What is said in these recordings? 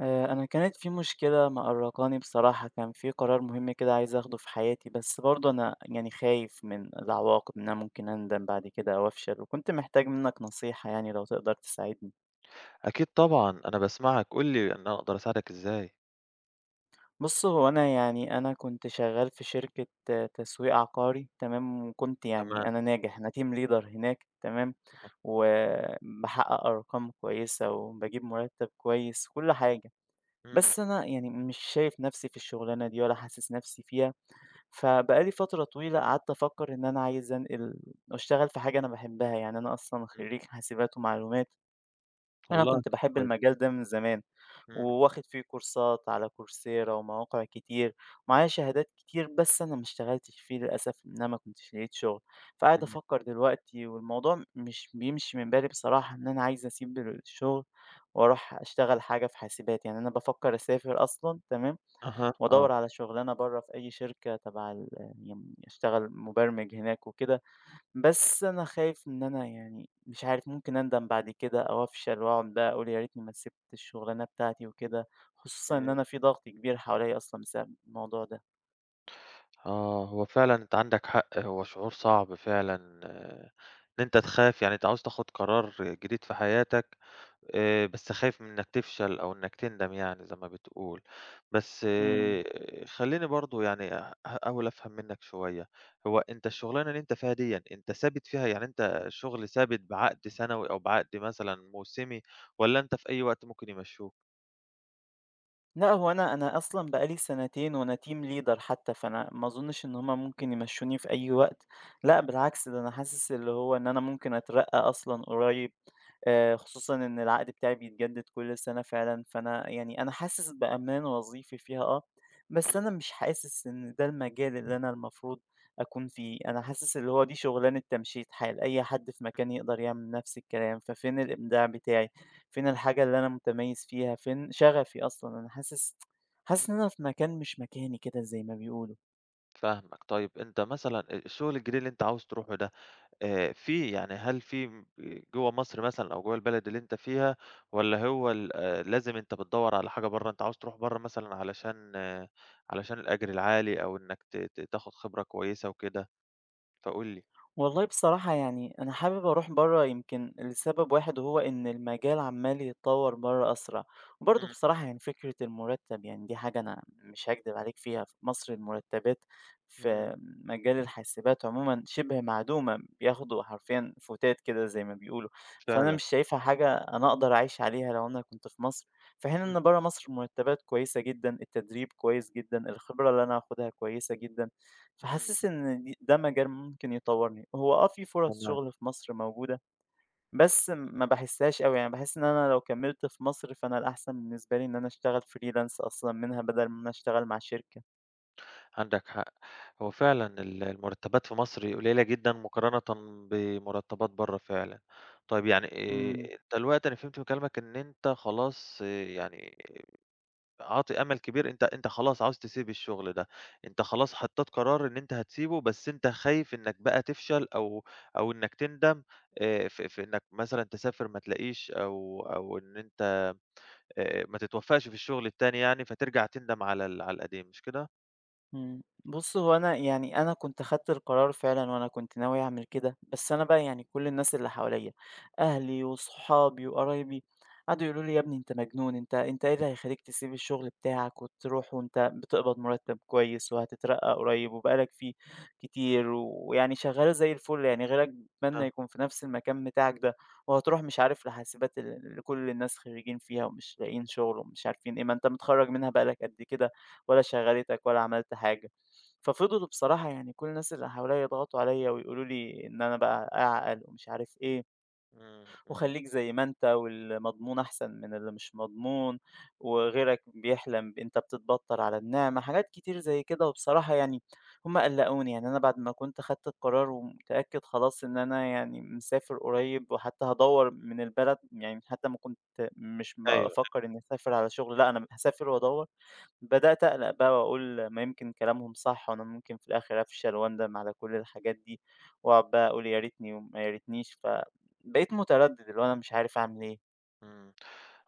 أنا كانت في مشكلة مقرّقاني بصراحة، كان في قرار مهم كده عايز آخده في حياتي، بس برضه أنا يعني خايف من العواقب، إن أنا ممكن أندم بعد كده أو أفشل، وكنت محتاج منّك نصيحة يعني لو تقدر تساعدني. أكيد طبعًا، أنا باسمعك، قُل لي إن أنا أقدر أساعدك إزاي. بُص، هو أنا يعني أنا كنت شغّال في شركة تسويق عقاري تمام، وكنت تمام. يعني أنا ناجح، أنا team leader هناك تمام، آه. وباحقق أرقام كويسة وباجيب مرتّب كويس وكل حاجة، إمم. بس أنا يعني مش شايف نَفْسي في الشغلانة دي ولا حاسس نَفْسي فيها. فبقى لي فترة طويلة قعدت أفكر إن أنا عايز أنقل وأشتغل في حاجة أنا باحبها، يعني أنا أصلًا إمم. خريج حاسبات ومعلومات، أنا والله، كنت طب باحب كويس. المجال ده من زمان، إمم. وواخد فيه كورسات على كورسيرا ومواقع كتير، معايا شهادات كتير بس أنا ما اشتغلتش فيه للأسف إن أنا ما كنتش لقيت شغل، فقاعد إمم. أفكر دلوقتي والموضوع مش بيمشي من بالي بصراحة إن أنا عايز أسيب الشغل وأروح أشتغل حاجة في حاسبات، يعني أنا بافكر أسافر أصلًا تمام. أها. آه. وأدوّر على شُغلانة برّه في أي شركة تبع يعني أشتغل مُبرمِج هناك وكده، بس أنا خايف إن أنا يعني مش عارف ممكن أندم بعد كده أو أفشل وأقعد بقى أقول يا ريتني ما سِبت الشُغلانة بتاعتي وكده، خصوصًا إن إمم. أنا في ضغط كبير حواليّا أصلًا بسبب الموضوع ده. آه، هو فعلًا أنت عندك حق، هو شعور صعب فعلًا آه، إن أنت تخاف، يعني أنت عاوز تاخد قرار جديد في حياتك، بس خايف من إنك تفشل أو إنك تندم يعني زي ما بتقول، بس إمم. إمم. خلّيني برضه يعني أحاول أفهم منّك شوية. هو أنت الشغلانة اللي أنت فيها ديًّا أنت ثابت فيها، يعني أنت شغل ثابت بعقد سنوي أو بعقد مثلًا موسمي، والّا أنت في أي وقت ممكن يمشّوك؟ لأ، هو أنا أصلًا بقى لي سنتين وأنا team leader حتى، فأنا ما أظنش إن هُم ممكن يمشّوني في أي وقت، لأ إمم. بالعكس ده أنا حاسس اللي هو إن أنا ممكن أترقّى أصلًا قريب، خصوصًا إن العقد بتاعي بيتجدد كل سنة فعلًا، فأنا يعني أنا حاسس بأمان وظيفي فيها آه، بس إمم. أنا مش حاسس إن ده المجال اللي أنا المفروض أكون فيه، أنا حاسس اللي هو دي شغلانة تمشيط حال، أي حد في مكاني يقدر يعمل نفس الكلام، ففين الإبداع بتاعي؟ فين الحاجة اللي أنا متميز فيها، فين شغفي أصلًا، أنا حاسس إمم، إن أنا في مكان مش مكاني كده زي ما بيقولوا. فاهمك. طيب، أنت مثلًا الشغل الجديد اللي أنت عاوز تروحه ده، في يعني هل في جوّه مصر مثلًا أو جوّه البلد اللي أنت فيها، والّا هو ال لازم أنت بتدوّر على حاجة برّه؟ أنت عاوز تروح برّه مثلًا علشان الأجر العالي أو إنّك ت ت تاخُد خبرة كويسة وكده؟ فقُل لي. والله بصراحة يعني أنا حابب أروح برا يمكن لسبب واحد وهو إن المجال عمال يتطور برا أسرع وبرضه إمم. بصراحة يعني فكرة المرتب يعني دي حاجة أنا مش هكدب عليك فيها، في مصر المرتبات إمم، في مجال الحاسبات عموما شبه معدومة، بياخدوا حرفيا فتات كده زي ما بيقولوا. فأنا فعلًا. مش شايفها حاجة أنا أقدر أعيش عليها لو أنا كنت في مصر، في حين إمم. إن برا مصر المرتبات كويسة جدا، التدريب كويس جدا، الخبرة اللي أنا هاخدها كويسة جدا، إمم، فحاسس إن دي ده مجال ممكن يطوّرني. هو آه في فرص تمام، شغل في مصر موجودة، بس ما باحسّهاش أوي، يعني باحس إن أنا لو كمّلت في مصر فأنا الأحسن بالنسبة لي إن أنا أشتغل freelance أصلًا منها بدل ما أنا أشتغل مع شركة. عندك حق. هو فعلًا المرتبات في مصر قليلة جدًا مقارنةً بمرتبات برّه فعلًا. طيب يعني، إمم. أنت دلوقتي، أنا فهمت من كلامك إن أنت خلاص إيه، يعني عاطي أمل كبير، أنت خلاص عاوز تسيب الشغل ده، أنت خلاص حطّيت قرار إن أنت هتسيبه، بس أنت خايف إنّك بقى تفشل أو إنّك تندم، في إنّك مثلًا تسافر ما تلاقيش، أو إن أنت ما تتوفّقش في الشغل التاني يعني، فترجع تندم على القديم، مش كده؟ إمم. بُص، هو أنا يعني أنا كنت خدت القرار فعلًا وأنا كنت ناوي أعمل كده، بس أنا بقى يعني كل الناس اللي حواليّا، أهلي وصحابي وقرايبي، قعدوا يقولوا لي: "يا ابني أنت مجنون، أنت إيه اللي هيخلّيك تسيب الشغل بتاعك وتروح وأنت بتقبض مرتب كويس وهتترقى قريب وبقى لك فيه إمم. كتير ويعني شغال زي الفل، يعني غيرك بيتمنى آه. يكون في نفس المكان بتاعك ده، وهتروح مش عارف لحاسبات اللي كل الناس خريجين فيها ومش لاقيين شغل ومش عارفين إيه، ما أنت متخرّج منها بقى لك قد كده." ولا شغّلتك ولا عملت حاجة. ففضلوا بصراحة يعني كل الناس اللي حواليّا يضغطوا عليّا ويقولوا لي إن أنا بقى أعقل ومش عارف إيه. إمم. إمم. وخلّيك زي ما أنت، والمضمون أحسن من اللي مش مضمون، وغيرك بيحلم أنت بتتبطّر على النعمة، حاجات كتير زي كده، وبصراحة يعني هم قلّقوني، يعني أنا بعد ما كنت خدت القرار ومتأكد خلاص إن أنا يعني مسافر قريب، وحتى هادوّر من البلد، يعني حتى ما كنت مش أيوه. بافكّر إني أسافر على شغل، لأ أنا هاسافر وادوّر، بدأت أقلق بقى وأقول ما يمكن كلامهم صح، وأنا ممكن في الآخر أفشل وأندم على كل الحاجات دي، وأقعد بقى أقول يا ريتني وما يا ريتنيش، بقيت متردد اللي هو أنا مش عارف أعمل إيه. إمم.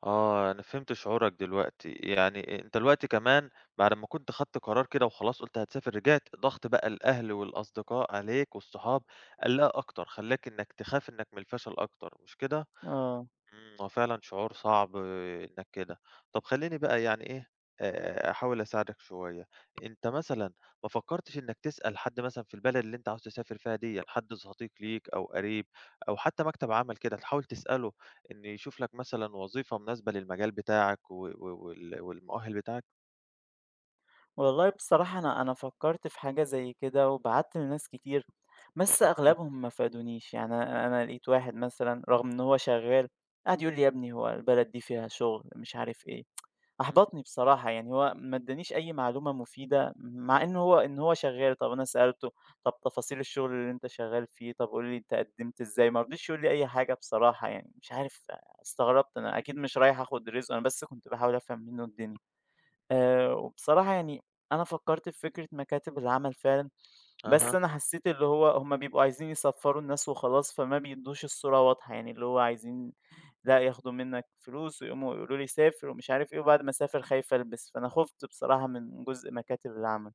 آه، أنا فهمت شعورك دلوقتي. يعني أنت دلوقتي كمان، بعد ما كنت خدت قرار كده وخلاص قُلت هتسافر، رجعت ضغط بقى الأهل والأصدقاء عليك والصحاب، قلّقها أكتر، خلّاك إنك تخاف إنك من الفشل أكتر، مش كده؟ آه. إمم، هو فعلًا شعور صعب إنك كده. طب خلّيني بقى يعني إيه، أحاول أساعدك شوية. أنت مثلًا ما فكّرتش إنك تسأل حد مثلًا في البلد اللي أنت عاوز تسافر فيها ديًّا، حد صديق ليك أو قريب، أو حتى مكتب عمل كده، تحاول تسأله إن يشوف لك مثلًا وظيفة مناسبة للمجال بتاعك و و وال والمؤهل بتاعك؟ والله بصراحة أنا فكّرت في حاجة زي كده وبعتّ لناس كتير، بس تمام. أغلبهم ما فادونيش، يعني أنا لقيت واحد مثلًا رغم إن هو شغّال قعد يقول لي: "يا ابني هو البلد دي فيها شغل،" مش عارف إيه. إمم. أحبطني بصراحة، يعني هو ما ادّانيش أي معلومة مفيدة، مع إن هو شغّال، طَب أنا سألته، طَب تفاصيل الشغل اللي أنت شغّال فيه، طَب قُل لي أنت قدّمت إزاي، ما رضيش يقول لي أي حاجة بصراحة يعني، مش عارف، استغربت، أنا أكيد مش رايح آخُد رزق، أنا بس كنت باحاول أفهم منّه الدنيا. وبصراحة يعني أنا فكّرت في فكرة مكاتب العمل فعلًا، بس أها. أنا حسّيت اللي هو هم بيبقوا عايزين يصفّروا الناس وخلاص، فما بيدّوش الصورة واضحة، يعني اللي هو عايزين لأ ياخدوا منّك فلوس ويقوموا يقولوا لي سافر ومش عارف إيه، وبعد ما أسافر خايف ألبس، فأنا خُفت بصراحة من جزء مكاتب العمل.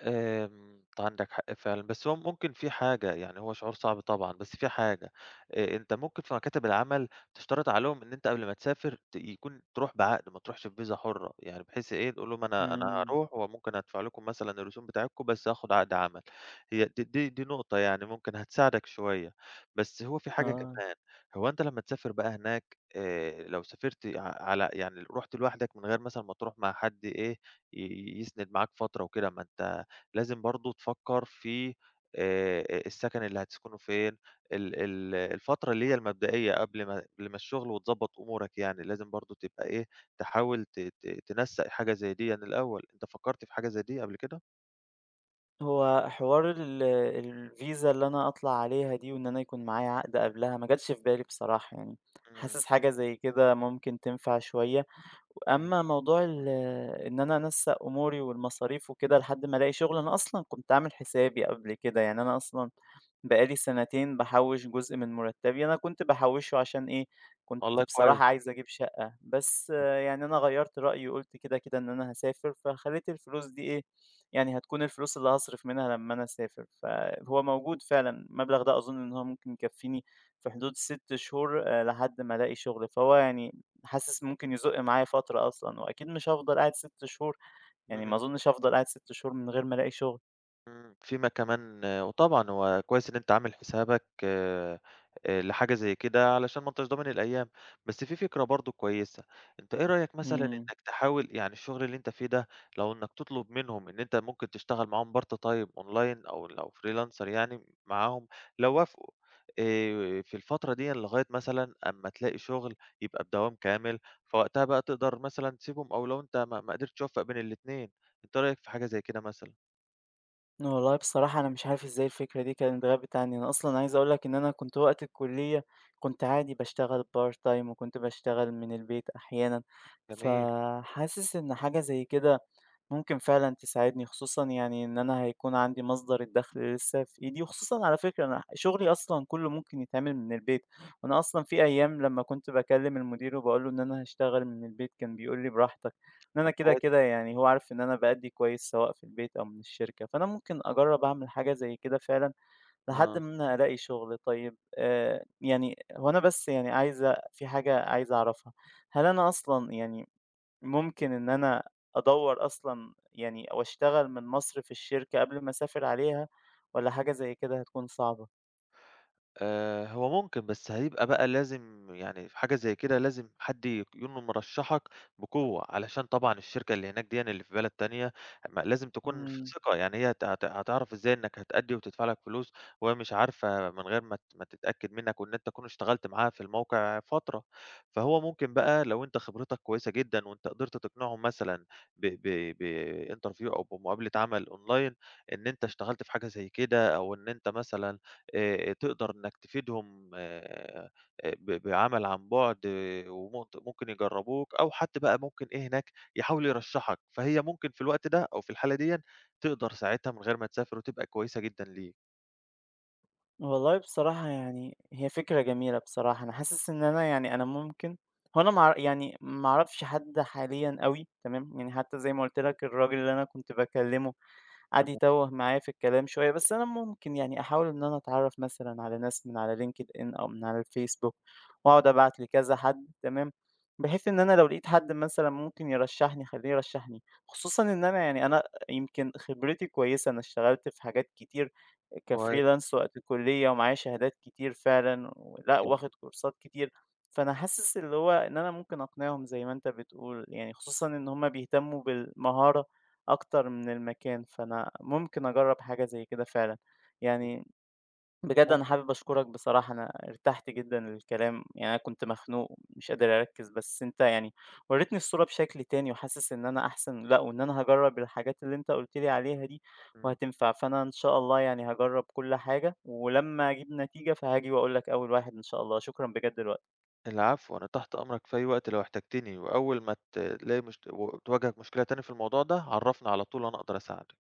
أنت عندك حق فعلًا، بس هو ممكن في حاجة، يعني هو شعور صعب طبعًا، بس في حاجة. أنت ممكن في مكاتب العمل تشترط عليهم إن أنت قبل ما تسافر، يكون تروح بعقد، ما تروحش بفيزا حُرة، يعني بحيث إيه، تقول لهم أنا إمم، هاروح وممكن أدفع لكم مثلًا الرسوم بتاعتكم بس هاخد عقد عمل. هي د دي دي نقطة يعني ممكن هتساعدك شوية، بس هو في حاجة آه. كمان. هو أنت لمّا تسافر بقى هناك، لو سافرت على يعني رُحت لوحدك من غير مثلًا ما تروح مع حد إيه، يسند معاك فترة وكده، ما أنت لازم برضه تفكّر في السكن اللي هتسكنه فين، ال ال الفترة اللي هي المبدئية قبل ما الشغل وتضبّط أمورك يعني، لازم برضه تبقى إيه، تحاول ت ت تنسّق حاجة زي ديًا الأول. أنت فكّرت في حاجة زي دي قبل كده؟ هو حوار الفيزا اللي أنا أطلع عليها دي وإن أنا يكون معايا عقد قبلها ما جاتش في بالي بصراحة يعني، إمم. حاسس حاجة زي كده ممكن تنفع شوية. إمم. أمّا موضوع إن أنا أنسَّق أموري والمصاريف وكده لحد ما ألاقي شغل، أنا أصلًا كنت عامل حسابي قبل كده، يعني أنا أصلًا بقى لي سنتين باحوِّش جزء من مرتبي، أنا كنت باحوِّشه عشان إيه، كنت والله كويس. بصراحة عايز أجيب شقة، بس يعني أنا غيَّرت رأيي وقُلت كده، إن أنا هاسافر، فخليت الفلوس دي إيه، يعني هتكون الفلوس اللي هاصرف منها لمّا أنا أسافر، فهو موجود فعلًا، المبلغ ده أظن إن هو ممكن يكفيني في حدود 6 شهور، لحد ما ألاقي شغل، فهو يعني حاسس ممكن يزق معايا فترة أصلًا، وأكيد مش هافضل قاعد 6 شهور، يعني إمم. ما أظنش هافضل قاعد 6 شهور من غير ما ألاقي شغل. إمم، فيما كمان آه. وطبعًا هو كويس إن أنت عامل حسابك، لحاجة زي كده علشان ما أنتش ضامن الأيام، بس في فكرة برضه كويسة. أنت إيه رأيك مثلًا إمم. إنك تحاول يعني الشغل اللي أنت فيه ده، لو إنك تطلب منهم إن أنت ممكن تشتغل معاهم part time online أو لو freelancer يعني معاهم، لو وافقوا، في الفترة ديًا لغاية مثلًا أمّا تلاقي شغل يبقى بدوام كامل، فوقتها بقى تقدر مثلًا تسيبهم، أو لو أنت ما قدرتش توفّق بين الاتنين. أنت إيه رأيك في حاجة زي كده مثلًا؟ والله بصراحة أنا مش عارف إزاي الفكرة دي كانت غابت عني، أنا أصلًا عايز أقول لك إن أنا كنت وقت الكلية كنت عادي باشتغل part time وكنت باشتغل من البيت أحيانًا، جميل. فحاسس إن حاجة زي كده ممكن فعلًا تساعدني، خصوصًا يعني إن أنا هيكون عندي مصدر الدخل لسه في إيدي، وخصوصًا على فكرة أنا شغلي أصلًا كله ممكن يتعمل من البيت، وأنا أصلًا في أيام لما كنت باكلم المدير وباقول له إن أنا هاشتغل من البيت كان بيقول لي براحتك. إن أنا كده، كويس. كده يعني هو عارف إن أنا بأدّي كويس سواء في البيت أو من الشركة، فأنا ممكن أجرّب أعمل حاجة زي كده فعلًا لحد آه. ما أنا ألاقي شغل. طيب يعني هو أنا بس يعني عايز في حاجة عايز أعرفها، هل أنا أصلًا يعني ممكن إن أنا أدوّر أصلًا يعني أو أشتغل من مصر في الشركة قبل ما أسافر عليها والّا حاجة زي كده هتكون صعبة؟ هو ممكن، بس هيبقى بقى لازم يعني في حاجة زي كده لازم حد يكون مرشّحك بقوة، علشان طبعًا الشركة اللي هناك ديًا اللي في بلد تانية ما لازم تكون في إمم. ثقة، يعني هي هت هت هتعرف إزاي إنّك هتأدّي وتدفع لك فلوس، وهي مش عارفة من غير ما تتأكد منّك وإن أنت تكون اشتغلت معاها في الموقع فترة. فهو ممكن بقى لو أنت خبرتك كويسة جدًا وأنت قدرت تقنعهم مثلًا ب ب بinterview أو بمقابلة عمل أونلاين، إن أنت اشتغلت في حاجة زي كده، أو إن أنت مثلًا تقدر إنّك تفيدهم بعمل عن بُعد، ممكن يجرّبوك، أو حد بقى ممكن إيه هناك يحاول يرشّحك، فهي ممكن في الوقت ده أو في الحالة ديًّا تقدر ساعتها من غير ما تسافر، وتبقى كويسة جدًا ليك. والله بصراحة يعني هي فكرة جميلة بصراحة، أنا حاسس إن أنا يعني أنا ممكن، هو أنا مع يعني ما أعرفش حد حاليًا أوي تمام، يعني حتى زي ما قُلت لك الراجل اللي أنا كنت باكلمه قعد تمام. يتوه معايا في الكلام شوية، بس أنا ممكن يعني أحاول إن أنا أتعرّف مثلًا على ناس من على LinkedIn أو من على الفيسبوك وأقعد أبعت لكذا حد تمام، بحيث إن أنا لو لقيت حد مثلًا ممكن يرشّحني خلّيه يرشّحني، خصوصًا إن أنا يعني أنا يمكن خبرتي كويسة، أنا اشتغلت في حاجات كتير كويس. كfreelance وقت الكلية ومعايا شهادات كتير فعلًا ولأ جميل. واخد كورسات كتير، فأنا حاسس اللي هو إن أنا ممكن أقنعهم زي ما أنت بتقول، يعني خصوصًا إن هُم بيهتموا بالمهارة أكتر من المكان، فأنا ممكن أجرّب حاجة زي كده فعلًا. يعني بجد أنا حابب أشكرك بصراحة، أنا ارتحت جدًا للكلام، يعني أنا كنت مخنوق ومش قادر أركّز، بس أنت يعني ورّيتني الصورة بشكل تاني وحاسس إن أنا أحسن لأ، وإن أنا هاجرّب الحاجات اللي أنت قُلت لي عليها دي إمم. وهتنفع، فأنا إن شاء الله يعني هاجرّب كل حاجة، ولمّا أجيب نتيجة فهاجي وأقول لك أول واحد إن شاء الله. شكرًا بجد الوقت. العفو، أنا تحت أمرك في أي وقت لو احتجتني، وأول ما تلاقي مشت و تواجهك مشكلة تاني في الموضوع ده عرّفني على طول وأنا أقدر أساعدك.